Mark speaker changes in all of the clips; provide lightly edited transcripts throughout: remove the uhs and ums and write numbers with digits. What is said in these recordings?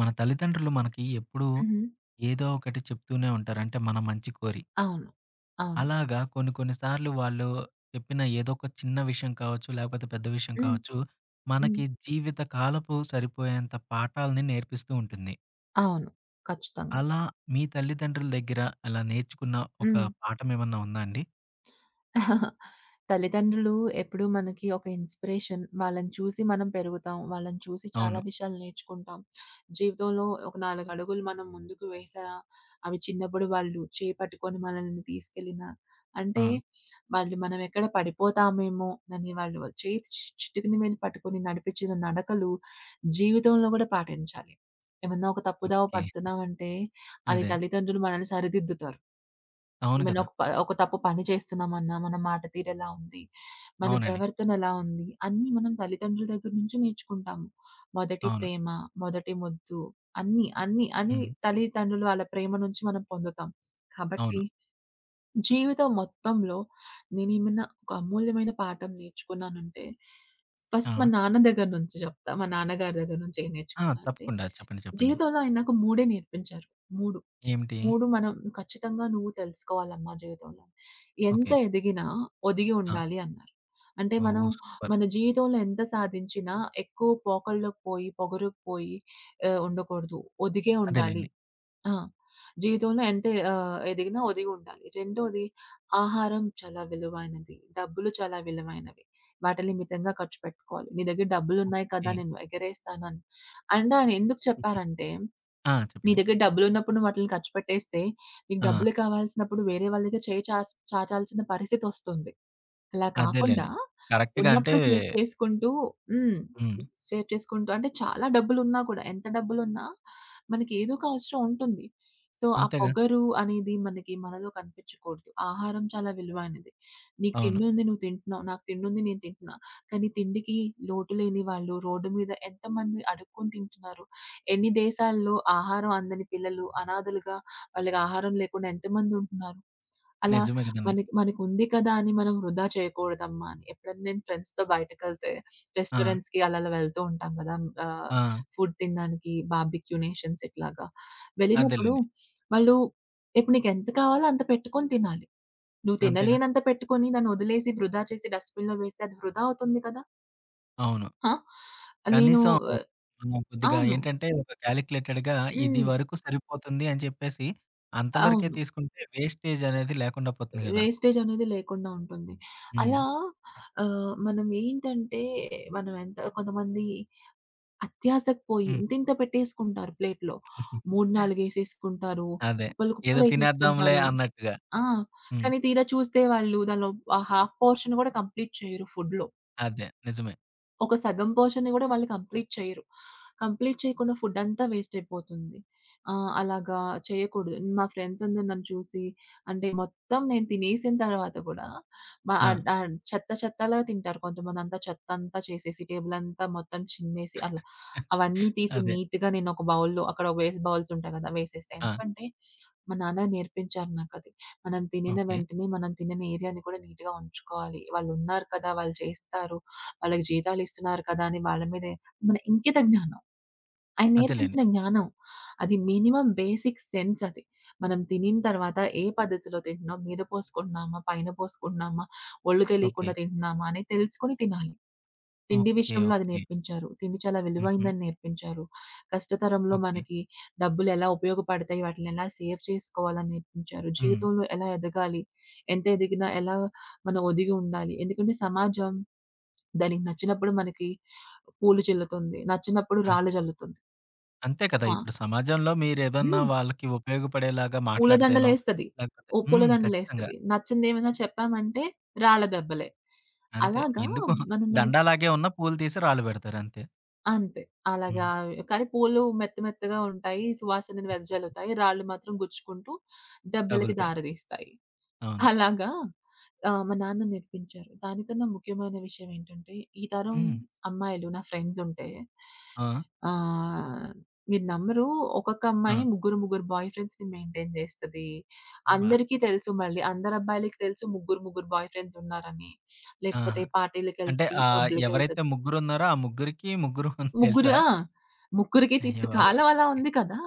Speaker 1: మన తల్లిదండ్రులు మనకి ఎప్పుడూ
Speaker 2: హుహు.
Speaker 1: ఏదో ఒకటి చెప్తూనే ఉంటారు. అంటే మన మంచి కోరి.
Speaker 2: అవును. అవును.
Speaker 1: అలాగా కొన్ని కొన్ని సార్లు వాళ్ళు చెప్పిన ఏదో ఒక చిన్న విషయం కావచ్చు, లేకపోతే పెద్ద విషయం
Speaker 2: హ్మ్.
Speaker 1: కావచ్చు,
Speaker 2: హ్మ్.
Speaker 1: మనకి జీవిత కాలపు సరిపోయేంత పాఠాలని నేర్పిస్తూ ఉంటుంది.
Speaker 2: అవును. ఖచ్చితంగా.
Speaker 1: అలా మీ తల్లిదండ్రుల దగ్గర అలా నేర్చుకున్న ఒక
Speaker 2: హ్మ్.
Speaker 1: పాఠం ఏమన్నా ఉందా అండి?
Speaker 2: తల్లిదండ్రులు ఎప్పుడూ మనకి ఒక ఇన్‌స్పిరేషన్. వాళ్ళని చూసి మనం పెరుగుతాం. వాళ్ళని చూసి చాలా
Speaker 1: అవును.
Speaker 2: విషయాలు నేర్చుకుంటాం. జీవితంలో ఒక 4 అడుగులు మనం ముందుకు వేశారా, అవి చిన్నప్పుడు వాళ్ళు చేపట్టుకొని మనల్ని తీసుకెళ్ళినా,
Speaker 1: ఆ!
Speaker 2: అంటే వాళ్ళు మనం ఎక్కడ పడిపోతామేమో అని వాళ్ళు చేయి చిటికిన మీద పట్టుకొని నడిపించిన నడకలు జీవితంలో కూడా పాటించాలి. ఏమన్నా ఒక తప్పుదోవ
Speaker 1: ఓకే.
Speaker 2: పడుతున్నామంటే, అది
Speaker 1: అదే.
Speaker 2: తల్లిదండ్రులు మనల్ని సరిదిద్దుతారు.
Speaker 1: అవును
Speaker 2: ఏమైనా
Speaker 1: కదా!
Speaker 2: ఒక తప్పు పని చేస్తున్నామన్నా, మన మాట తీరెలా ఉంది, మన
Speaker 1: అవునండి.
Speaker 2: ప్రవర్తన ఎలా ఉంది, అన్నీ మనం తల్లిదండ్రుల దగ్గర నుంచి నేర్చుకుంటాము. మొదటి
Speaker 1: అవును.
Speaker 2: ప్రేమ, మొదటి ముద్దు అన్నీ అని
Speaker 1: హ్మ్.
Speaker 2: తల్లిదండ్రులు ఆళ్ళ ప్రేమ నుంచి మనం పొందుతాం.
Speaker 1: అవును.
Speaker 2: కాబట్టి జీవితం మొత్తంలో నేనేమైనా ఒక అమూల్యమైన పాఠం నేర్చుకున్నానంటే,
Speaker 1: ఆ!
Speaker 2: ఫస్ట్ మా నాన్న దగ్గర నుంచి చెప్తా. మా నాన్నగారి దగ్గర నుంచి ఏం
Speaker 1: ఆ!
Speaker 2: నేర్చుకున్నా అంటే,
Speaker 1: తప్పకుండా చెప్పండి. చెప్పండి.
Speaker 2: జీవితంలో ఆయన నాకు 3 నేర్పించారు. 3.
Speaker 1: ఏమిటి?
Speaker 2: 3 మనం ఖచ్చితంగా నువ్వు తెలుసుకోవాలమ్మా జీవితంలో. ఎంత
Speaker 1: ఓకే.
Speaker 2: ఎదిగినా ఒదిగి
Speaker 1: ఆ!
Speaker 2: ఉండాలి అన్నారు. అంటే మనం
Speaker 1: ఓహ్! సూపర్.
Speaker 2: మన జీవితంలో ఎంత సాధించినా ఎక్కువ పోకడలోకి పోయి, పొగరుకి పోయి ఉండకూడదు. ఒదిగే ఉండాలి.
Speaker 1: అదేలెండి.
Speaker 2: ఆ! జీవితంలో ఎంత ఎదిగినా ఒదిగి ఉండాలి. రెండోది ఆహారం చాలా విలువైనది. డబ్బులు చాలా విలువైనవి. వాటిని మితంగా ఖర్చు పెట్టుకోవాలి. నీ దగ్గర డబ్బులున్నాయి కదా!
Speaker 1: ఓకే.
Speaker 2: నేను ఎగరేస్తానని. అండ్ ఆయన ఎందుకు చెప్పారంటే
Speaker 1: ఆ!
Speaker 2: నీ
Speaker 1: చెప్పండి.
Speaker 2: దగ్గర డబ్బులున్నప్పుడు నువ్వు వాటిల్ని ఖర్చు పెట్టేస్తే, నీకు
Speaker 1: ఆ!
Speaker 2: డబ్బులు కావాల్సినప్పుడు వేరే వాళ్ళ దగ్గర చేయి చాచాల్సిన పరిస్థితొస్తుంది. అలా కాకుండా
Speaker 1: అదేలెండి. కరెక్ట్‌గా అంటే
Speaker 2: ఉన్నప్పుడు సేవ్ చేసుకుంటూ హ్మ్.
Speaker 1: హ్మ్.
Speaker 2: సేవ్ చేసుకుంటూ అంటే చాలా డబ్బులున్నా కూడా ఎంత డబ్బులున్నా మనకి ఏదో ఒక అవసరం ఉంటుంది. సో, ఆ
Speaker 1: అంతేగా.
Speaker 2: పొగరు అనేది మనకి మనలో కనిపించకూడదు. ఆహారం చాలా విలువైనది. నీకు
Speaker 1: అవును.
Speaker 2: తిండుంది నువ్వు తింటున్నావు. నాకు తిండుంది నేను తింటున్నా. కానీ తిండికి లోటు లేని వాళ్ళు రోడ్డు మీద ఎంతమంది అడుక్కొని తింటున్నారు. ఎన్ని దేశాల్లో ఆహారం అందని పిల్లలు అనాథలుగా వాళ్ళకి ఆహారం లేకుండా ఎంతమంది ఉంటున్నారు. అలా
Speaker 1: నిజమే గదండీ.
Speaker 2: మనకి మనకుంది కదా అని మనం వృధా చేయకూడదమ్మా అని. ఎప్పుడైనా నేను ఫ్రెండ్స్‌తో బయటకెళ్తే
Speaker 1: ఆ!
Speaker 2: రెస్టారెంట్స్‌కి అలా అలా వెళ్తూ ఉంటాం కదా! ఆహ్,
Speaker 1: ఆ!
Speaker 2: ఫుడ్ తినడానికి బార్బిక్యూ నేషన్స్ ఇట్లాగా. వెళ్ళినప్పుడు
Speaker 1: అదేలెండి.
Speaker 2: వాళ్ళు ఇప్పుడు నీకెంత కావాలో అంత పెట్టుకొని తినాలి. నువ్వు
Speaker 1: అంతేగా.
Speaker 2: తినలేనంత పెట్టుకొని దాన్ని వదిలేసి వృధా చేసి డస్ట్‌బిన్‌లో వేస్తే అది వృధా అవుతుంది కదా!
Speaker 1: అవును.
Speaker 2: ఆ! నేను
Speaker 1: కనీసం
Speaker 2: ఆహ్,
Speaker 1: మనం కొద్దిగా
Speaker 2: అవును.
Speaker 1: ఏంటంటే ఒక కాలిక్యులేటెడ్‌గా ఇది
Speaker 2: హ్మ్.
Speaker 1: వరకు సరిపోతుంది అని చెప్పేసి అంతవరకే
Speaker 2: అవును.
Speaker 1: తీసుకుంటే వేస్టేజ్ అనేది లేకుండా పోతుంది గదా!
Speaker 2: వేస్టేజ్ అనేది లేకుండా ఉంటుంది.
Speaker 1: హ్మ్.
Speaker 2: అలా మనం ఏంటంటే మనం ఎంత కొంతమంది అత్యాసకు పోయి
Speaker 1: హ్మ్.
Speaker 2: ఇంతింత పెట్టేసుకుంటారు ప్లేట్‌లో. 3, 4 ఏసేసుకుంటారు.
Speaker 1: అదే.
Speaker 2: కుప్పలు
Speaker 1: ఏదో
Speaker 2: కుప్పలు
Speaker 1: తినేద్దాంలే
Speaker 2: ఏసేసుకుంటారు.
Speaker 1: అన్నట్టుగా.
Speaker 2: ఆ!
Speaker 1: హ్మ్.
Speaker 2: కానీ తీరా చూస్తే వాళ్ళు దానిలో ఆ హాఫ్ పోర్షన్ కూడా కంప్లీట్ చేయరు ఫుడ్‌లో.
Speaker 1: అదే. నిజమే.
Speaker 2: ఒక సగం పోర్షన్‌ని గూడా వాళ్ళు కంప్లీట్ చెయ్యరు. కంప్లీట్ చేయకుండా ఫుడ్డంతా వేస్టయిపోతుంది. అలాగా చేయకూడదు. మా ఫ్రెండ్స్ అందరూ నన్ను చూసి అంటే మొత్తం నేను తినేసిన తర్వాత గూడా
Speaker 1: ఆ!
Speaker 2: చెత్త చెత్తలా తింటారు కొంతమందంతా చెత్తంతా చేసేసి, టేబులంతా మొత్తం చిమ్మేసి అలా. అవన్నీ తీసి
Speaker 1: అదే.
Speaker 2: నీట్‌గా నేనొక బౌల్‌లో అక్కడ వేస్ట్ బౌల్స్ ఉంటాయి గదా! వేసేస్తా.
Speaker 1: ఆ!
Speaker 2: ఎందుకంటే మా నాన్న నేర్పించారు నాకది. మనం తినిన
Speaker 1: ఓకే.
Speaker 2: వెంటనే మనం తినని ఏరియాని కూడా నీట్‌గా ఉంచుకోవాలి. వాళ్ళున్నారు కదా! వాళ్ళు చేస్తారు. వాళ్ళకి జీతాలిస్తున్నారు కదా! అని వాళ్ళ మీదే మన ఇంకిత జ్ఞానం. ఆయన
Speaker 1: అదేలెండి.
Speaker 2: నేర్పించిన జ్ఞానం. అది మినిమమ్ బేసిక్ సెన్స్ అది. మనం తినిన తర్వాత ఏ పద్ధతిలో తింటున్నాం? మీద పోసుకుంటున్నామా? పైన పోసుకుంటున్నామా? ఒళ్ళు
Speaker 1: ఓకే.
Speaker 2: తెలియకుండా తింటున్నామా? అనేది తెలుసుకొని తినాలి. తిండి
Speaker 1: ఓకే.
Speaker 2: విషయంలో అది
Speaker 1: ఓకే.
Speaker 2: నేర్పించారు. తిండి చాలా
Speaker 1: హుహు.
Speaker 2: విలువైందని నేర్పించారు. కష్టతరంలో
Speaker 1: ఓకే.
Speaker 2: మనకి డబ్బులెలా ఉపయోగపడతాయి, వాటినెలా సేవ్ చేసుకోవాలని నేర్పించారు.
Speaker 1: హ్మ్.
Speaker 2: జీవితంలో ఎలా ఎదగాలి, ఎంత ఎదిగినా ఎలా మనం ఒదిగి ఉండాలి. ఎందుకంటే సమాజం దానికి నచ్చినప్పుడు మనకి పూలు చిల్లుతుంది. నచ్చినప్పుడు
Speaker 1: అంతే.
Speaker 2: రాళ్ళు జల్లుతుంది.
Speaker 1: అంతే కదా!
Speaker 2: ఆ!
Speaker 1: ఇప్పుడు సమాజంలో మీరేదన్నా
Speaker 2: హ్మ్.
Speaker 1: వాళ్ళకి ఉపయోగపడేలాగా మాట్లాడితేనో,
Speaker 2: పూలదండలేస్తది.
Speaker 1: లేకపోతే
Speaker 2: ఓ
Speaker 1: హ్మ్. ఖచ్చితంగా.
Speaker 2: పూలదండలేస్తది. నచ్చిందేమైనా చెప్పామంటే రాళ్ళ దెబ్బలే.
Speaker 1: అంతే.
Speaker 2: అలాగా
Speaker 1: ఎందుకు
Speaker 2: మనం దాన్ని
Speaker 1: దండలాగే ఉన్న పూలు తీసి రాళ్ళు పెడతారు అంతే.
Speaker 2: అంతే. అలాగా
Speaker 1: హ్మ్.
Speaker 2: కానీ పూలు మెత్త మెత్తగా ఉంటాయి. సువాసనను వెదజల్లుతాయి. రాళ్ళు మాత్రం గుచ్చుకుంటూ దెబ్బలకి
Speaker 1: తగులుతాయి.
Speaker 2: దారితీస్తాయి.
Speaker 1: అవును.
Speaker 2: అలాగా మా నాన్న నేర్పించారు. దానికన్నా ముఖ్యమైన విషయం ఏంటంటే, ఈ తరం
Speaker 1: హ్మ్.
Speaker 2: అమ్మాయిలు నా ఫ్రెండ్స్ ఉంటే
Speaker 1: ఆ!
Speaker 2: ఆహ్, మీరు నమ్మరు ఒక్కొక్క
Speaker 1: ఆ!
Speaker 2: అమ్మాయి ముగ్గురు, ముగ్గురు బాయ్ ఫ్రెండ్స్‌ని మెయింటైన్ చేస్తది.
Speaker 1: అబ్బా!
Speaker 2: అందరికీ తెలుసు మళ్ళీ అందరు అబ్బాయిలకి తెలుసు ముగ్గురు, ముగ్గురు బాయ్ ఫ్రెండ్స్ ఉన్నారని.
Speaker 1: ఆహా!
Speaker 2: లేకపోతే
Speaker 1: అంటే
Speaker 2: పార్టీలకెళ్తది,
Speaker 1: ఆహ్, ఎవరైతే
Speaker 2: పబ్‌లకెళ్తది.
Speaker 1: ముగ్గురున్నారో ఆ ముగ్గురికి ముగ్గురు అని
Speaker 2: ముగ్గురు
Speaker 1: తెలుసా?
Speaker 2: ఆ! ముగ్గురికి
Speaker 1: అయ్య
Speaker 2: ఇప్పుడు
Speaker 1: బాబోయ్!
Speaker 2: కాలం అలా ఉంది కదా!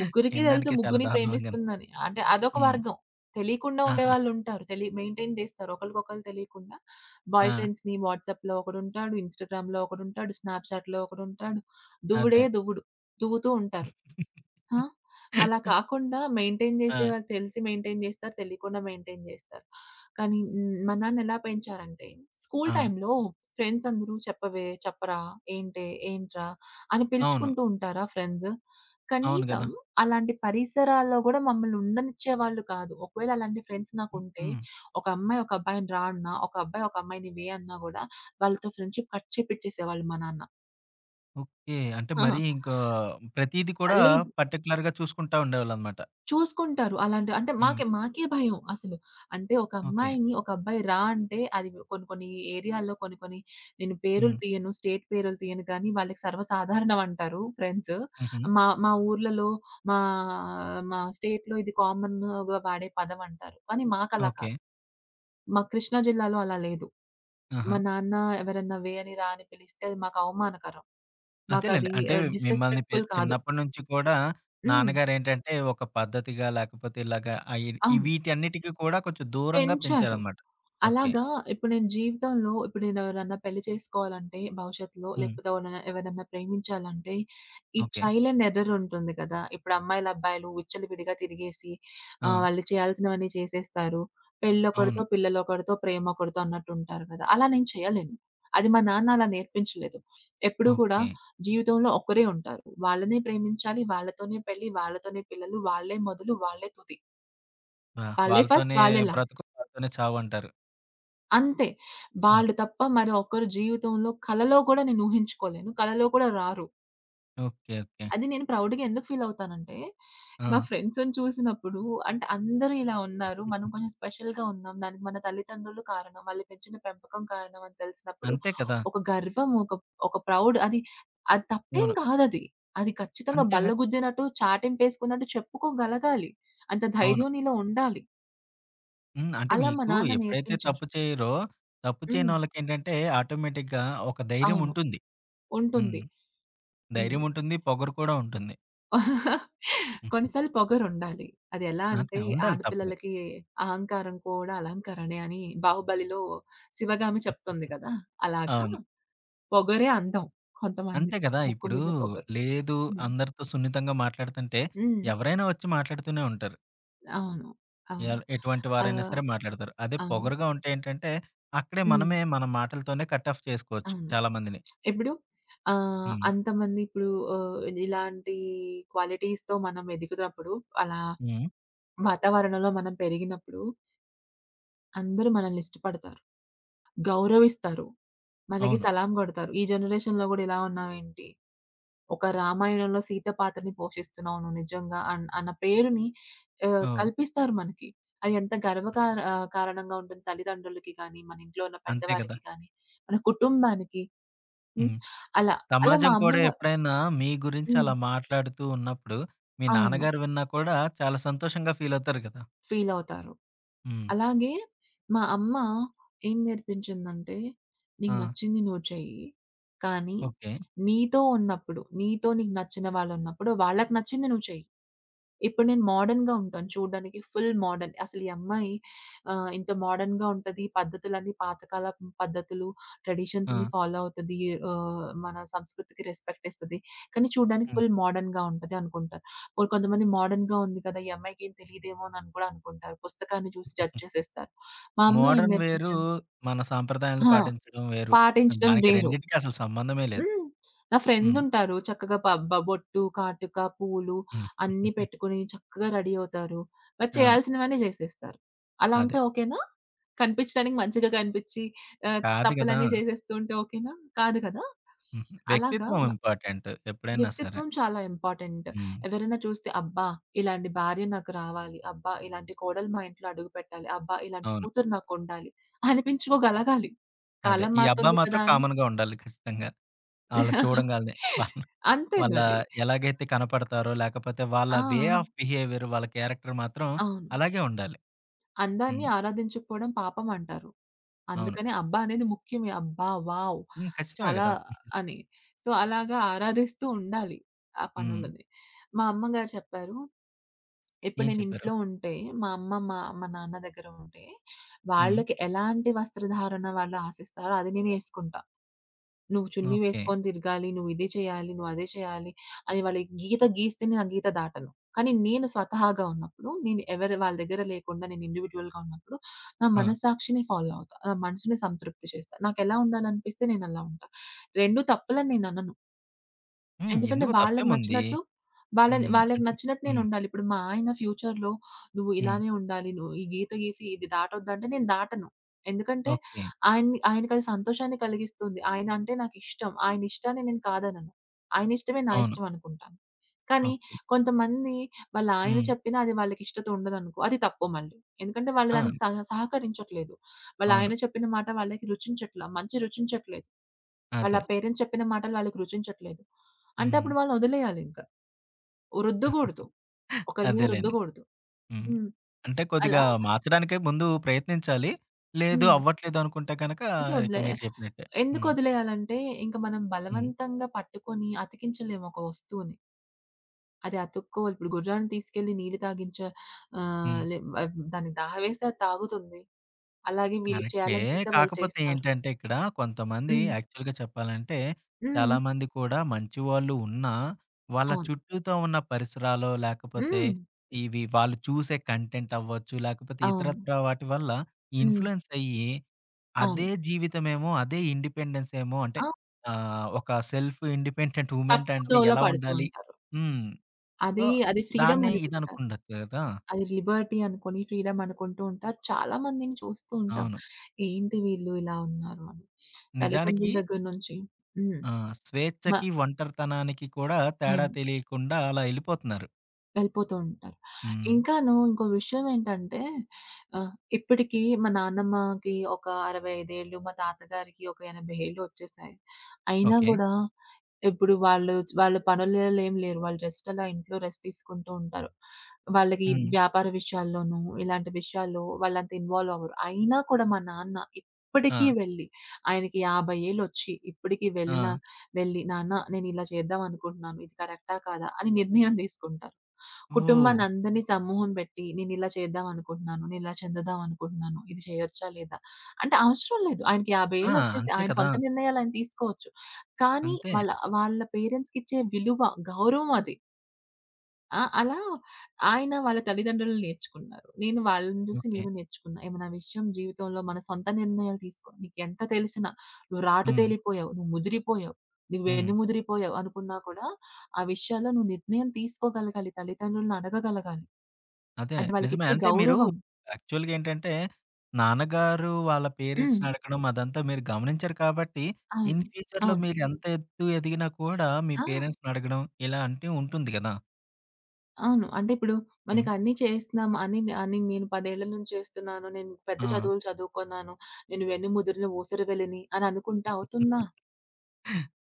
Speaker 2: ముగ్గురికి తెలుసు
Speaker 1: వినడానికే చాలా
Speaker 2: ముగ్గురిని
Speaker 1: దారుణంగా ఉంది.
Speaker 2: ప్రేమిస్తుందని. అంటే అదొక
Speaker 1: హ్మ్.
Speaker 2: వర్గం. తెలియకుండా
Speaker 1: ఆహా!
Speaker 2: ఉండేవాళ్ళుంటారు. మెయింటైన్ చేస్తారు. ఒకళ్ళకొకళ్ళు తెలియకుండా
Speaker 1: ఆ!
Speaker 2: బాయ్ ఫ్రెండ్స్‌ని వాట్సాప్‌లో ఒకడుంటాడు, ఇన్‌స్టాగ్రామ్‌లో ఒకడుంటాడు, స్నాప్‌చాట్‌లో ఒకడుంటాడు.
Speaker 1: అదే.
Speaker 2: దువ్వుడే దువ్వుడు. దువ్వుతూ ఉంటారు. ఆ! అలా కాకుండా మెయింటైన్
Speaker 1: ఆ!
Speaker 2: చేసేవాళ్ళు తెలిసి మెయింటైన్ చేస్తారు. తెలియకుండా మెయింటైన్ చేస్తారు. కానీ హ్మ్, మా నాన్న ఎలా పెంచారంటే స్కూల్
Speaker 1: ఆ!
Speaker 2: టైమ్‌లో ఫ్రెండ్స్ అందరూ చెప్పవే, చెప్పరా, ఏంటే, ఏంట్రా అని
Speaker 1: అవును.
Speaker 2: పిలుచుకుంటూ ఉంటారా ఫ్రెండ్స్?
Speaker 1: అవును
Speaker 2: కనీసం
Speaker 1: గదా!
Speaker 2: అలాంటి పరిసరాల్లో కూడా మమ్మల్ని ఉండనిచ్చేవాళ్ళు కాదు. ఒకవేళ అలాంటి ఫ్రెండ్స్ నాకుంటే
Speaker 1: హుహు.
Speaker 2: ఒక అమ్మాయి ఒక అబ్బాయిని రా అన్నా, ఒక అబ్బాయి ఒక అమ్మాయిని వే అన్నా కూడా వాళ్ళతో ఫ్రెండ్‌షిప్ కట్ చేపిచ్చేసేవాళ్ళు మా నాన్న.
Speaker 1: ఓకే. అంటే మరీ
Speaker 2: ఆ!
Speaker 1: ఇంకా ప్రతీది కూడా
Speaker 2: లేదు.
Speaker 1: పర్టిక్యులర్‌గా చూసుకుంటా ఉండేవాళ్ళనమాట.
Speaker 2: చూసుకుంటారు. అలాంటి అంటే
Speaker 1: హ్మ్.
Speaker 2: మాకే మాకే భయం అసలు. అంటే ఒక
Speaker 1: ఓకే.
Speaker 2: అమ్మాయిని ఒక అబ్బాయి రా అంటే అది కొన్ని కొన్ని ఏరియాల్లో కొన్ని కొన్ని నేను పేరులు
Speaker 1: హ్మ్.
Speaker 2: తీయను. స్టేట్ పేరులు తీయను కానీ వాళ్ళకి సర్వసాధారణం అంటారు ఫ్రెండ్స్.
Speaker 1: హుహు.
Speaker 2: మా మా ఊర్లలో మా మా స్టేట్‌లో ఇది కామన్‌గా వాడే పదం అంటారు. కానీ మాకలా
Speaker 1: ఓకే.
Speaker 2: కాదు. మా కృష్ణా జిల్లాలో అలా లేదు.
Speaker 1: ఆహా!
Speaker 2: మా నాన్న ఎవరన్నా వే అని, రా అని పిలిస్తే అది మాకు అవమానకరం.
Speaker 1: అదేలెండి.
Speaker 2: మాకది
Speaker 1: అంటే మిమ్మల్ని పె
Speaker 2: డిస్‌రెస్పెక్ట్‌ఫుల్ కాదు.
Speaker 1: చిన్నప్పటి నుంచి కూడా
Speaker 2: హ్మ్.
Speaker 1: నాన్నగారేంటంటే ఒక పద్ధతిగా లేకపోతే ఇలాగా అయి ఈ
Speaker 2: అవును.
Speaker 1: వీటన్నిటికి కూడా కొంచెం దూరంగా
Speaker 2: పెంచారు.
Speaker 1: పెంచారనమాట. ఓకే.
Speaker 2: అలాగా ఇప్పుడు నేను జీవితంలో ఇప్పుడు నేను ఎవరన్నా పెళ్లి చేసుకోవాలంటే భవిష్యత్తులో
Speaker 1: హ్మ్.
Speaker 2: లేకపోతే ఎవరైనా ఎవరన్నా ప్రేమించాలంటే, ఈ
Speaker 1: ఓకే.
Speaker 2: ట్రైల్ అండ్ ఎర్రర్ ఉంటుంది కదా! ఇప్పుడు అమ్మాయిలు, అబ్బాయిలు విచ్చలవిడిగా తిరిగేసి
Speaker 1: ఆ!
Speaker 2: వాళ్ళు చేయాల్సినవన్నీ చేసేస్తారు.
Speaker 1: అవును.
Speaker 2: పెళ్ళొకడితో, పిల్లలొకడితో, ప్రేమొకడితో అన్నట్టుంటారు కదా! అలా నేను చేయలేను. అది మా నాన్న అలా నేర్పించలేదు. ఎప్పుడూ కూడా
Speaker 1: ఓకే.
Speaker 2: జీవితంలో ఒక్కరే ఉంటారు. వాళ్ళనే ప్రేమించాలి, వాళ్ళతోనే పెళ్లి, వాళ్ళతోనే పిల్లలు, వాళ్ళే మొదలు, వాళ్ళే తుది.
Speaker 1: ఆ!
Speaker 2: వాళ్ళే ఫస్ట్,
Speaker 1: వాళ్ళతోనే
Speaker 2: వాళ్ళే లాస్ట్.
Speaker 1: బ్రతుకు వాళ్ళతోనే చావంటారు.
Speaker 2: అంతే. వాళ్ళు
Speaker 1: ఓకే.
Speaker 2: తప్ప మరి ఒకరు జీవితంలో కలలో కూడా నేను ఊహించుకోలేను. కలలో కూడా రారు.
Speaker 1: ఓకే. ఓకే.
Speaker 2: అది నేను ప్రౌడ్‌గా ఎందుకు ఫీల్ అవుతానంటే, మా
Speaker 1: ఆ!
Speaker 2: ఫ్రెండ్స్‌ని చూసినప్పుడు అంటే అందరూ ఇలా ఉన్నారు. మనం కొంచెం స్పెషల్‌గా ఉన్నాం. దానికి మన తల్లిదండ్రులు కారణం. వాళ్ళు పెంచిన పెంపకం కారణం అని తెలిసినప్పుడు
Speaker 1: అంతే కదా!
Speaker 2: ఒక గర్వం, ఒక ఒక ప్రౌడ్ అది అది తప్పేం
Speaker 1: అవును.
Speaker 2: కాదది. అది ఖచ్చితంగా
Speaker 1: అంతేగా!
Speaker 2: బల్లగుద్దినట్టు, చాటింపేసుకున్నట్టు చెప్పుకోగలగాలి. అంత
Speaker 1: అవును.
Speaker 2: ధైర్యం నీలో ఉండాలి.
Speaker 1: హ్మ్. అంటే
Speaker 2: అలా మా
Speaker 1: మీకు
Speaker 2: నాన్న
Speaker 1: ఎప్పుడైతే తప్పు
Speaker 2: నేర్పించారు.
Speaker 1: చేయరో, తప్పు
Speaker 2: హ్మ్.
Speaker 1: చేయనోళ్ళకేంటంటే ఆటోమేటిక్‌గా ఒక ధైర్యం
Speaker 2: అవును.
Speaker 1: ఉంటుంది. హ్మ్.
Speaker 2: ఉంటుంది. హ్మ్.
Speaker 1: ధైర్యం ఉంటుంది. పొగరు కూడా ఉంటుంది.
Speaker 2: కొన్ని
Speaker 1: హ్మ్.
Speaker 2: సార్లు పొగరుండాలి. అది ఎలా
Speaker 1: అంతే
Speaker 2: అంటే
Speaker 1: ఉండాలి తప్పదు.
Speaker 2: ఆడపిల్లలకి అహంకారం కూడా అలంకరణే అని 'బాహుబలిలో' శివగామి చెప్తుంది కదా! అలాగా
Speaker 1: అవును.
Speaker 2: పొగరే అందం
Speaker 1: అంతే
Speaker 2: కొంతమందికి.
Speaker 1: కదా!
Speaker 2: ముక్కు
Speaker 1: ఇప్పుడు
Speaker 2: మీద పొగరు.
Speaker 1: లేదు
Speaker 2: హ్మ్.
Speaker 1: అందరితో సున్నితంగా మాట్లాడుతుంటే
Speaker 2: హ్మ్.
Speaker 1: ఎవరైనా వచ్చి మాట్లాడుతూనే ఉంటారు.
Speaker 2: అవును. అవును.
Speaker 1: ఎటువంటి వారైనా
Speaker 2: ఆహ్,
Speaker 1: సరే మాట్లాడతారు. అదే
Speaker 2: అవును.
Speaker 1: పొగరుగా ఉంటే ఏంటంటే అక్కడే
Speaker 2: హ్మ్.
Speaker 1: మనమే మన మాటలతోనే కట్ ఆఫ్ చేసుకోవచ్చు
Speaker 2: అవును.
Speaker 1: చాలా మందిని.
Speaker 2: ఇప్పుడు
Speaker 1: హ్మ్.
Speaker 2: అంతమంది ఇప్పుడు ఇలాంటి క్వాలిటీస్‌తో మనం ఎదిగినప్పుడు అలా
Speaker 1: హ్మ్.
Speaker 2: వాతావరణంలో మనం పెరిగినప్పుడు అందరూ మనల్ని ఇష్టపడతారు. గౌరవిస్తారు. మనకి
Speaker 1: అవును.
Speaker 2: సలాం గొడతారు. "ఈ జనరేషన్‌లో గూడా ఇలా ఉన్నావేంటి? ఒక రామాయణంలో సీత పాత్రని పోషిస్తున్నావు నువ్వు నిజంగా" అన్న పేరుని
Speaker 1: ఓహ్!
Speaker 2: కల్పిస్తారు మనకి. అది ఎంత కారణంగా ఉంటుంది తల్లిదండ్రులకి గానీ, మన ఇంట్లో ఉన్న
Speaker 1: అంతే కదా!
Speaker 2: పెద్దవారికి గానీ, మన కుటుంబానికి. హ్మ్.
Speaker 1: హ్మ్.
Speaker 2: అలా. అలా
Speaker 1: సమాజం
Speaker 2: మా
Speaker 1: కూడా
Speaker 2: అమ్మగా
Speaker 1: ఎప్పుడైనా మీ గురించి
Speaker 2: హ్మ్.
Speaker 1: అలా మాట్లాడుతూ ఉన్నప్పుడు, మీ
Speaker 2: అవును.
Speaker 1: నాన్నగారు విన్నా కూడా చాలా సంతోషంగా ఫీల్ అవుతారు కదా!
Speaker 2: ఫీలవుతారు.
Speaker 1: హ్మ్.
Speaker 2: అలాగే మా అమ్మ ఏం నేర్పించిందంటే,
Speaker 1: ఆ!
Speaker 2: "నీకు నచ్చింది నువ్వు చెయ్యి. కానీ
Speaker 1: ఓకే.
Speaker 2: నీతో ఉన్నప్పుడు, నీతో నీకు నచ్చిన వాళ్ళున్నప్పుడు వాళ్ళకి నచ్చింది నువ్వు చెయ్యి." ఇప్పుడు నేను మోడర్న్‌గా ఉంటాను చూడడానికి. Full modern. అసలు ఈ అమ్మాయి ఇంత మోడర్న్‌గా ఉంటది. పద్ధతులన్నీ పాతకాలపు పద్ధతులు,
Speaker 1: ఆ!
Speaker 2: ట్రెడిషన్స్‌ని ఫాలో అవుతది. మన సంస్కృతికి రెస్పెక్ట్ ఇస్తది. కానీ చూడడానికి
Speaker 1: హ్మ్.
Speaker 2: ఫుల్ మోడర్న్‌గా ఉంటది అనుకుంటారు. మరి కొంతమంది మోడర్న్‌గా ఉంది కదా! ఈ అమ్మాయికేం తెలీదేమో అని కూడా అనుకుంటారు. పుస్తకాన్ని చూసి జడ్జ్ చేసేస్తారు. మా అమ్మ ఏం
Speaker 1: మోడర్న్ వేరు,
Speaker 2: నేర్పించింది?
Speaker 1: మన సాంప్రదాయాలను
Speaker 2: ఆ!
Speaker 1: పాటించడం వేరు.
Speaker 2: పాటించడం
Speaker 1: దానికి
Speaker 2: వేరు.
Speaker 1: రెండిటికి అసలు సంబంధమే లేదు.
Speaker 2: హ్మ్. నా
Speaker 1: హ్మ్.
Speaker 2: ఫ్రెండ్సుంటారు. చక్కగా పబ్బ బొట్టు, కాటుక, పూలు
Speaker 1: హ్మ్.
Speaker 2: అన్నీ పెట్టుకొని చక్కగా రెడీ అవుతారు. మరి
Speaker 1: అవును.
Speaker 2: చేయాల్సినవన్నీ జేసేస్తారు. అలా
Speaker 1: అదే.
Speaker 2: ఉంటే ఓకేనా? కనిపించడానికి మంచిగా కనిపించి ఆహ్,
Speaker 1: కాదు కదా!
Speaker 2: తప్పులన్నీ చేసేస్తూ ఉంటే ఓకేనా? కాదు కదా!
Speaker 1: హుహు.
Speaker 2: అలాగా
Speaker 1: వ్యక్తిత్వం ఇంపార్టెంట్ ఎప్పుడైనా సరే.
Speaker 2: వ్యక్తిత్వం చాలా ఇంపార్టెంట్.
Speaker 1: హ్మ్.
Speaker 2: ఎవరైనా చూస్తే అబ్బా! ఇలాంటి భార్య నాకు రావాలి. అబ్బా! ఇలాంటి కోడలు మా ఇంట్లో అడుగుపెట్టాలి. అబ్బా! ఇలాంటి
Speaker 1: అవును.
Speaker 2: కూతురు నాకుండాలి అనిపించుకోగలగాలి.
Speaker 1: అదే.
Speaker 2: కాలం
Speaker 1: ఈ అబ్బాయి
Speaker 2: మారుతుంది
Speaker 1: మాత్రం
Speaker 2: కదా! అని.
Speaker 1: కామన్‌గా ఉండాలి ఖచ్చితంగా. ఆళ్ళని చూడంగాల్నే.
Speaker 2: అంతే
Speaker 1: వాళ్ళ
Speaker 2: మరి.
Speaker 1: ఎలాగైతే కనపడతారో, లేకపోతే వాళ్ళ
Speaker 2: ఆ!
Speaker 1: వే ఆఫ్ బిహేవియర్, వాళ్ళ క్యారెక్టర్ మాత్రం
Speaker 2: అవును.
Speaker 1: అలాగే ఉండాలి.
Speaker 2: అందాన్ని
Speaker 1: హ్మ్.
Speaker 2: ఆరాధించకపోవడం పాపం అంటారు.
Speaker 1: అవును.
Speaker 2: అందుకనే అబ్బా! అనేది ముఖ్యమే. అబ్బా! వావ్!
Speaker 1: హ్మ్. ఖచ్చితమే
Speaker 2: చాలా
Speaker 1: గదా!
Speaker 2: అని. సో, అలాగా ఆరాధిస్తూ ఉండాలి ఆ
Speaker 1: హ్మ్.
Speaker 2: పనులని. మా అమ్మగారు చెప్పారు ఇప్పుడు
Speaker 1: ఏం చెప్పారు?
Speaker 2: నేనింట్లో ఉంటే, మా అమ్మ, మా మా నాన్న దగ్గర ఉంటే,
Speaker 1: హ్మ్.
Speaker 2: వాళ్ళకి ఎలాంటి వస్త్రధారణ వాళ్ళు ఆశిస్తారో అది నేను యేసుకుంటా. నువ్వు చున్నీ
Speaker 1: ఓకే.
Speaker 2: వేసుకొని తిరగాలి, నువ్వు ఇది చేయాలి, నువ్వు అదే చేయాలి అని వాళ్ళకి గీత గీస్తే నేను ఆ గీత దాటను. కానీ నేను స్వతహాగా ఉన్నప్పుడు, నేను ఎవరి వాళ్ళ దగ్గర లేకుండా నేను ఇండివిడ్యుయల్‌గా ఉన్నప్పుడు, నా
Speaker 1: ఆ!
Speaker 2: మనస్సాక్షిని ఫాలో అవుతా. నా మనసుని సంతృప్తి చేస్తా. నాకెలా ఉండాలనిపిస్తే నేనలా ఉంటా. 2 తప్పులని నేననను.
Speaker 1: హ్మ్.
Speaker 2: ఎందుకంటే
Speaker 1: ఎందుకు
Speaker 2: వాళ్ళకి
Speaker 1: తప్పేముంది?
Speaker 2: నచ్చినట్టు వాళ్ళని
Speaker 1: హ్మ్.
Speaker 2: వాళ్ళకి
Speaker 1: అంటే
Speaker 2: నచ్చినట్టు
Speaker 1: హ్మ్.
Speaker 2: నేనుండాలి. ఇప్పుడు మా ఆయన ఫ్యూచర్‌లో "నువ్వు
Speaker 1: హ్మ్.
Speaker 2: ఇలానే ఉండాలి. నువ్వు ఈ గీత గీసి ఇది దాటొద్దంటే" నేను దాటను. ఎందుకంటే
Speaker 1: ఓకే.
Speaker 2: ఆయన్ని ఆయనకది సంతోషాన్ని కలిగిస్తుంది. ఆయన అంటే నాకిష్టం. ఆయన ఇష్టాన్ని నేను కాదనను. ఆయన ఇష్టమే నా
Speaker 1: అవును.
Speaker 2: ఇష్టం అనుకుంటాను. కానీ
Speaker 1: ఓకే.
Speaker 2: కొంతమంది వాళ్ళ ఆయన
Speaker 1: హ్మ్.
Speaker 2: చెప్పినా అది వాళ్ళకి ఇష్టత ఉండదనుకో అది తప్పు మళ్ళీ. ఎందుకంటే వాళ్ళు
Speaker 1: ఆ!
Speaker 2: దానికి సహకరించట్లేదు. వాళ్ళ
Speaker 1: అవును.
Speaker 2: ఆయన చెప్పిన మాట వాళ్ళకి రుచించట్ల. మంచి రుచించట్లేదు. వాళ్ళ
Speaker 1: అదే.
Speaker 2: పేరెంట్స్ చెప్పిన మాటలు వాళ్ళకి రుచించట్లేదు. అంటే
Speaker 1: హ్మ్.
Speaker 2: అప్పుడు వాళ్ళనొదిలేయాలింక. రుద్దగూడదు. ఒకరి మీద
Speaker 1: అదేలెండి.
Speaker 2: రుద్దగూడదు.
Speaker 1: హ్మ్.
Speaker 2: హ్మ్.
Speaker 1: అంటే కొద్దిగా
Speaker 2: అలా
Speaker 1: మార్చడానికే ముందు ప్రయత్నించాలి. లేదు
Speaker 2: హ్మ్.
Speaker 1: అవ్వట్లేదు అనుకుంటే గనక
Speaker 2: అంటే
Speaker 1: ఇక మీరు
Speaker 2: వదిలేయాలి.
Speaker 1: చెప్పినట్టే. హ్మ్.
Speaker 2: ఎందుకొదిలేయాలంటే, ఇంక మనం
Speaker 1: హ్మ్.
Speaker 2: బలవంతంగా పట్టుకొని అతికించలేము ఒక వస్తువుని. అది అతుక్కోవాలి. ఇప్పుడు గుర్రాన్ని తీసుకెళ్ళి నీళ్లు తాగించ ఆహ్,
Speaker 1: హ్మ్.
Speaker 2: లే ఆహ్, దానికి దాహవేస్తే అది తాగుతుంది. అలాగే వీళ్ళు
Speaker 1: కరెక్టే.
Speaker 2: చేయాలనిపిస్తే వాళ్ళు
Speaker 1: కాకపోతే
Speaker 2: చేస్తారు.
Speaker 1: ఏంటంటే ఇక్కడ కొంతమంది
Speaker 2: హ్మ్.
Speaker 1: యాక్చువల్‌గా చెప్పాలంటే
Speaker 2: హ్మ్.
Speaker 1: చాలామంది కూడా మంచి వాళ్ళు ఉన్నా, వాళ్ళ
Speaker 2: అవును.
Speaker 1: చుట్టూతో ఉన్న పరిసరాలో లేకపోతే
Speaker 2: హ్మ్.
Speaker 1: ఇవి వాళ్ళు చూసే కంటెంట్ అవ్వచ్చు, లేకపోతే
Speaker 2: అవును.
Speaker 1: ఇతరత్రా వాటి వల్ల
Speaker 2: హ్మ్.
Speaker 1: ఇన్‌ఫ్లూయెన్స్ అయ్యి
Speaker 2: అవును.
Speaker 1: అదే జీవితమేమో అదే ఇండిపెండెన్స్ ఏమో అంటే
Speaker 2: ఆ!
Speaker 1: ఆహ్, ఒక సెల్ఫ్ ఇండిపెండెంట్ ఉమెన్
Speaker 2: తప్పు
Speaker 1: అంటే
Speaker 2: దోల
Speaker 1: ఎలా
Speaker 2: పడుతూ
Speaker 1: ఉండాలి?
Speaker 2: ఉంటారు.
Speaker 1: హ్మ్. సో,
Speaker 2: అది ఫ్రీడమ్
Speaker 1: దాన్నే
Speaker 2: అనుకుంటారు.
Speaker 1: ఇదనుకుండొచ్చు కదా!
Speaker 2: అది లిబర్టీ అనుకోని, ఫ్రీడమ్ అనుకుంటూ ఉంటారు. చాలా మందిని చూస్తూ ఉంటాం.
Speaker 1: అవును.
Speaker 2: ఏంటి వీళ్ళు ఇలా ఉన్నారు అని.
Speaker 1: నిజానికి
Speaker 2: తల్లిదండ్రుల దగ్గర నుంచి హ్మ్.
Speaker 1: ఆ!
Speaker 2: మ
Speaker 1: స్వేచ్ఛకి, ఒంటరితనానికి కూడా తేడా
Speaker 2: అవును.
Speaker 1: తెలియకుండా అలా ఎళ్ళిపోతున్నారు.
Speaker 2: వెళ్ళిపోతూ ఉంటారు.
Speaker 1: హ్మ్.
Speaker 2: ఇంకాను ఇంకో విషయమేంటంటే ఆహ్, ఇప్పటికి మా నాన్నమ్మకి ఒక 65 మా తాతగారికి ఒక 80 వచ్చేసాయి. అయినా
Speaker 1: ఓకే.
Speaker 2: గూడా ఇప్పుడు వాళ్ళు వాళ్ళ పనులలో ఏం లేరు. వాళ్ళు జస్ట్ అలా ఇంట్లో రెస్ట్ తీసుకుంటూ ఉంటారు. వాళ్ళకి
Speaker 1: హ్మ్.
Speaker 2: వ్యాపార విషయాల్లోనూ, ఇలాంటి విషయాల్లో వాళ్ళంత ఇన్వాల్వ్ అవ్వరు. అయినా కూడా మా నాన్న
Speaker 1: ఆ!
Speaker 2: ఇప్పటికీ వెళ్లి ఆయనకి 50 ఏళ్ళొచ్చి ఇప్పటికి వెళ్ళిన
Speaker 1: ఆ!
Speaker 2: వెళ్ళి, "నాన్న నేనిలా చేద్దాం అనుకుంటున్నాను. ఇది కరెక్టా? కాదా?" అని నిర్ణయం తీసుకుంటారు.
Speaker 1: ఓహ్!
Speaker 2: కుటుంబాన్ని అందరిని సమూహం పెట్టి నేనిలా చేద్దాం అనుకుంటున్నాను. నేనిలా చెందుదాం అనుకుంటున్నాను. ఇది చేయొచ్చా? లేదా? అంటే అవసరం లేదు. ఆయనకి 50
Speaker 1: ఆ!
Speaker 2: ఏళ్ళు వచ్చేసి
Speaker 1: అంతే
Speaker 2: ఆయన
Speaker 1: కదా!
Speaker 2: సొంత నిర్ణయాలు ఆయన తీసుకోవచ్చు. కానీ
Speaker 1: అంతే.
Speaker 2: వాళ్ళ వాళ్ళ పేరెంట్స్‌కిచ్చే విలువ, గౌరవం అది. ఆ! అలా ఆయన వాళ్ళ తల్లిదండ్రులు నేర్చుకున్నారు. నేను వాళ్ళని చూసి
Speaker 1: ఓకే.
Speaker 2: నేను నేర్చుకున్నా. ఏమైనా విషయం జీవితంలో మన సొంత నిర్ణయాలు తీసుకో. నీకెంత తెలిసినా నువ్వు రాటు
Speaker 1: హ్మ్.
Speaker 2: తేలిపోయావు, నువ్వు ముదిరిపోయావు, నువ్వు
Speaker 1: హ్మ్.
Speaker 2: వెన్నుముదిరిపోయావు అనుకున్నా కూడా ఆ విషయాల్లో నువ్వు నిర్ణయం తీసుకోగలగాలి. తల్లిదండ్రులను అడగగలగాలి.
Speaker 1: అదే.
Speaker 2: అది
Speaker 1: నిజమే.
Speaker 2: వాళ్ళకిచ్చే
Speaker 1: అంటే మీరు
Speaker 2: గౌరవం.
Speaker 1: యాక్చువల్‌గా ఏంటంటే, నాన్నగారు వాళ్ళ
Speaker 2: హ్మ్.
Speaker 1: పేరెంట్స్‌ని అడగడం అదంతా మీరు గమనించారు కాబట్టి, ఇన్
Speaker 2: అవును.
Speaker 1: ఫ్యూచర్‌లో
Speaker 2: అవును.
Speaker 1: మీరు ఎంత ఎత్తు ఎదిగినా కూడా మీ
Speaker 2: ఆ!
Speaker 1: పేరెంట్స్‌ని అడగడం ఇలా అంటే ఉంటుంది కదా!
Speaker 2: అవును. అంటే ఇప్పుడు
Speaker 1: హ్మ్.
Speaker 2: మనకన్నీ చేస్తున్నాం అని నేను 10 ఏళ్ల నుంచి చేస్తున్నాను. నేను పెద్ద
Speaker 1: ఆ!
Speaker 2: చదువులు చదువుకున్నాను. నేను వెన్నుముదిరిన ఊసరవెళ్ళిని అని అనుకుంటే అవుతుందా?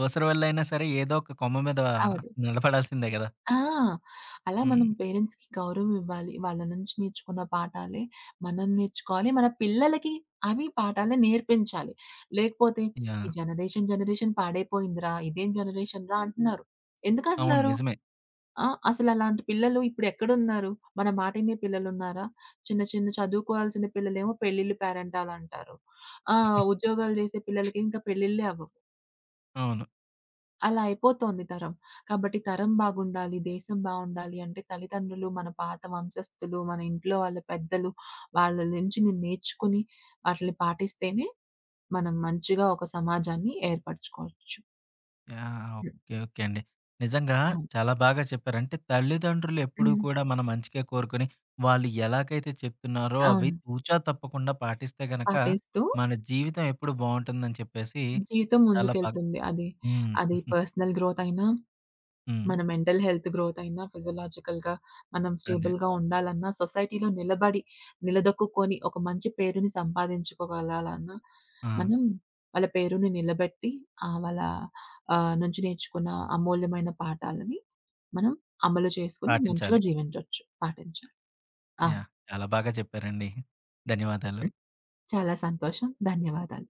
Speaker 1: అవసరం వల్లైనా సరే ఏదో ఒక కొమ్మ మీద
Speaker 2: అవ్వదు.
Speaker 1: నిలబడాల్సిందే కదా!
Speaker 2: ఆ! అలా
Speaker 1: హ్మ్.
Speaker 2: మనం పేరెంట్స్‌కి గౌరవం ఇవ్వాలి. వాళ్ళ నుంచి నేర్చుకున్న పాఠాలే మనం నేర్చుకోవాలి. మన పిల్లలకి అవి పాఠాలే నేర్పించాలి. లేకపోతే ఈ
Speaker 1: యాహ్!
Speaker 2: జనరేషన్ పాడైపోయిందిరా! ఇదేం జనరేషన్‌రా అంటున్నారు.
Speaker 1: అవును.
Speaker 2: ఎందుకంటున్నారు?
Speaker 1: నిజమే.
Speaker 2: ఆ! అసలలాంటి పిల్లలు ఇప్పుడెక్కడున్నారు? మన మాటినే పిల్లలున్నారా? చిన్న చిన్న చదువుకోవాల్సిన పిల్లలేమో పెళ్ళిళ్ళు పేరంటాలంటారు. ఆ! ఉద్యోగాలు జేసే పిల్లలకి ఇంకా పెళ్ళిళ్ళే అవ్వవు.
Speaker 1: అవును.
Speaker 2: అలా అయిపోతోంది తరం. కాబట్టి తరం బాగుండాలి, దేశం బావుండాలి అంటే తల్లిదండ్రులు, మన పాత వంశస్థులు, మన ఇంట్లో వాళ్ళ పెద్దలు వాళ్ళ నుంచి నేను నేర్చుకుని వాటిని పాటిస్తేనే మనం మంచిగా ఒక సమాజాన్ని ఏర్పరచుకోవచ్చు.
Speaker 1: యాహ్!
Speaker 2: హ్మ్.
Speaker 1: ఓకే. ఓకే అండి. నిజంగా
Speaker 2: అవును.
Speaker 1: చాలా బాగా చెప్పారు. అంటే తల్లిదండ్రులు ఎప్పుడూ
Speaker 2: హ్మ్.
Speaker 1: కూడా మన మంచికే కోరుకొని, వాళ్ళు ఎలాగైతే చెప్తున్నారో అవి
Speaker 2: అవును.
Speaker 1: తూచా తప్పకుండా పాటిస్తే గనక,
Speaker 2: పాటిస్తూ
Speaker 1: మన జీవితం ఎప్పుడు బావుంటుందని చెప్పేసి
Speaker 2: జీవితం
Speaker 1: చాలా బాగా
Speaker 2: ముందుకెళ్తుంది.
Speaker 1: హ్మ్.
Speaker 2: అది పర్సనల్ గ్రోత్ అయినా,
Speaker 1: హ్మ్.
Speaker 2: మన మెంటల్ హెల్త్ గ్రోత్ అయినా, ఫిజియోలాజికల్‌గా మనం
Speaker 1: అదే.
Speaker 2: స్టేబుల్‌గా ఉండాలన్నా, సొసైటీలో నిలబడి, నిలదొక్కుకొని ఒక మంచి పేరుని సంపాదించుకోగలాలన్నా,
Speaker 1: ఆ!
Speaker 2: మనం వాళ్ళ పేరుని నిలబెట్టి వాళ్ళ నుంచి నేర్చుకున్న అమూల్యమైన పాఠాలని మనం అమలు చేసుకొని మంచిగా
Speaker 1: పాటించాలి.
Speaker 2: జీవించొచ్చు, పాటించాలి. అవును.
Speaker 1: యాహ్! చాలా బాగా చెప్పారండి. ధన్యవాదాలు.
Speaker 2: హ్మ్. చాలా సంతోషం. ధన్యవాదాలు.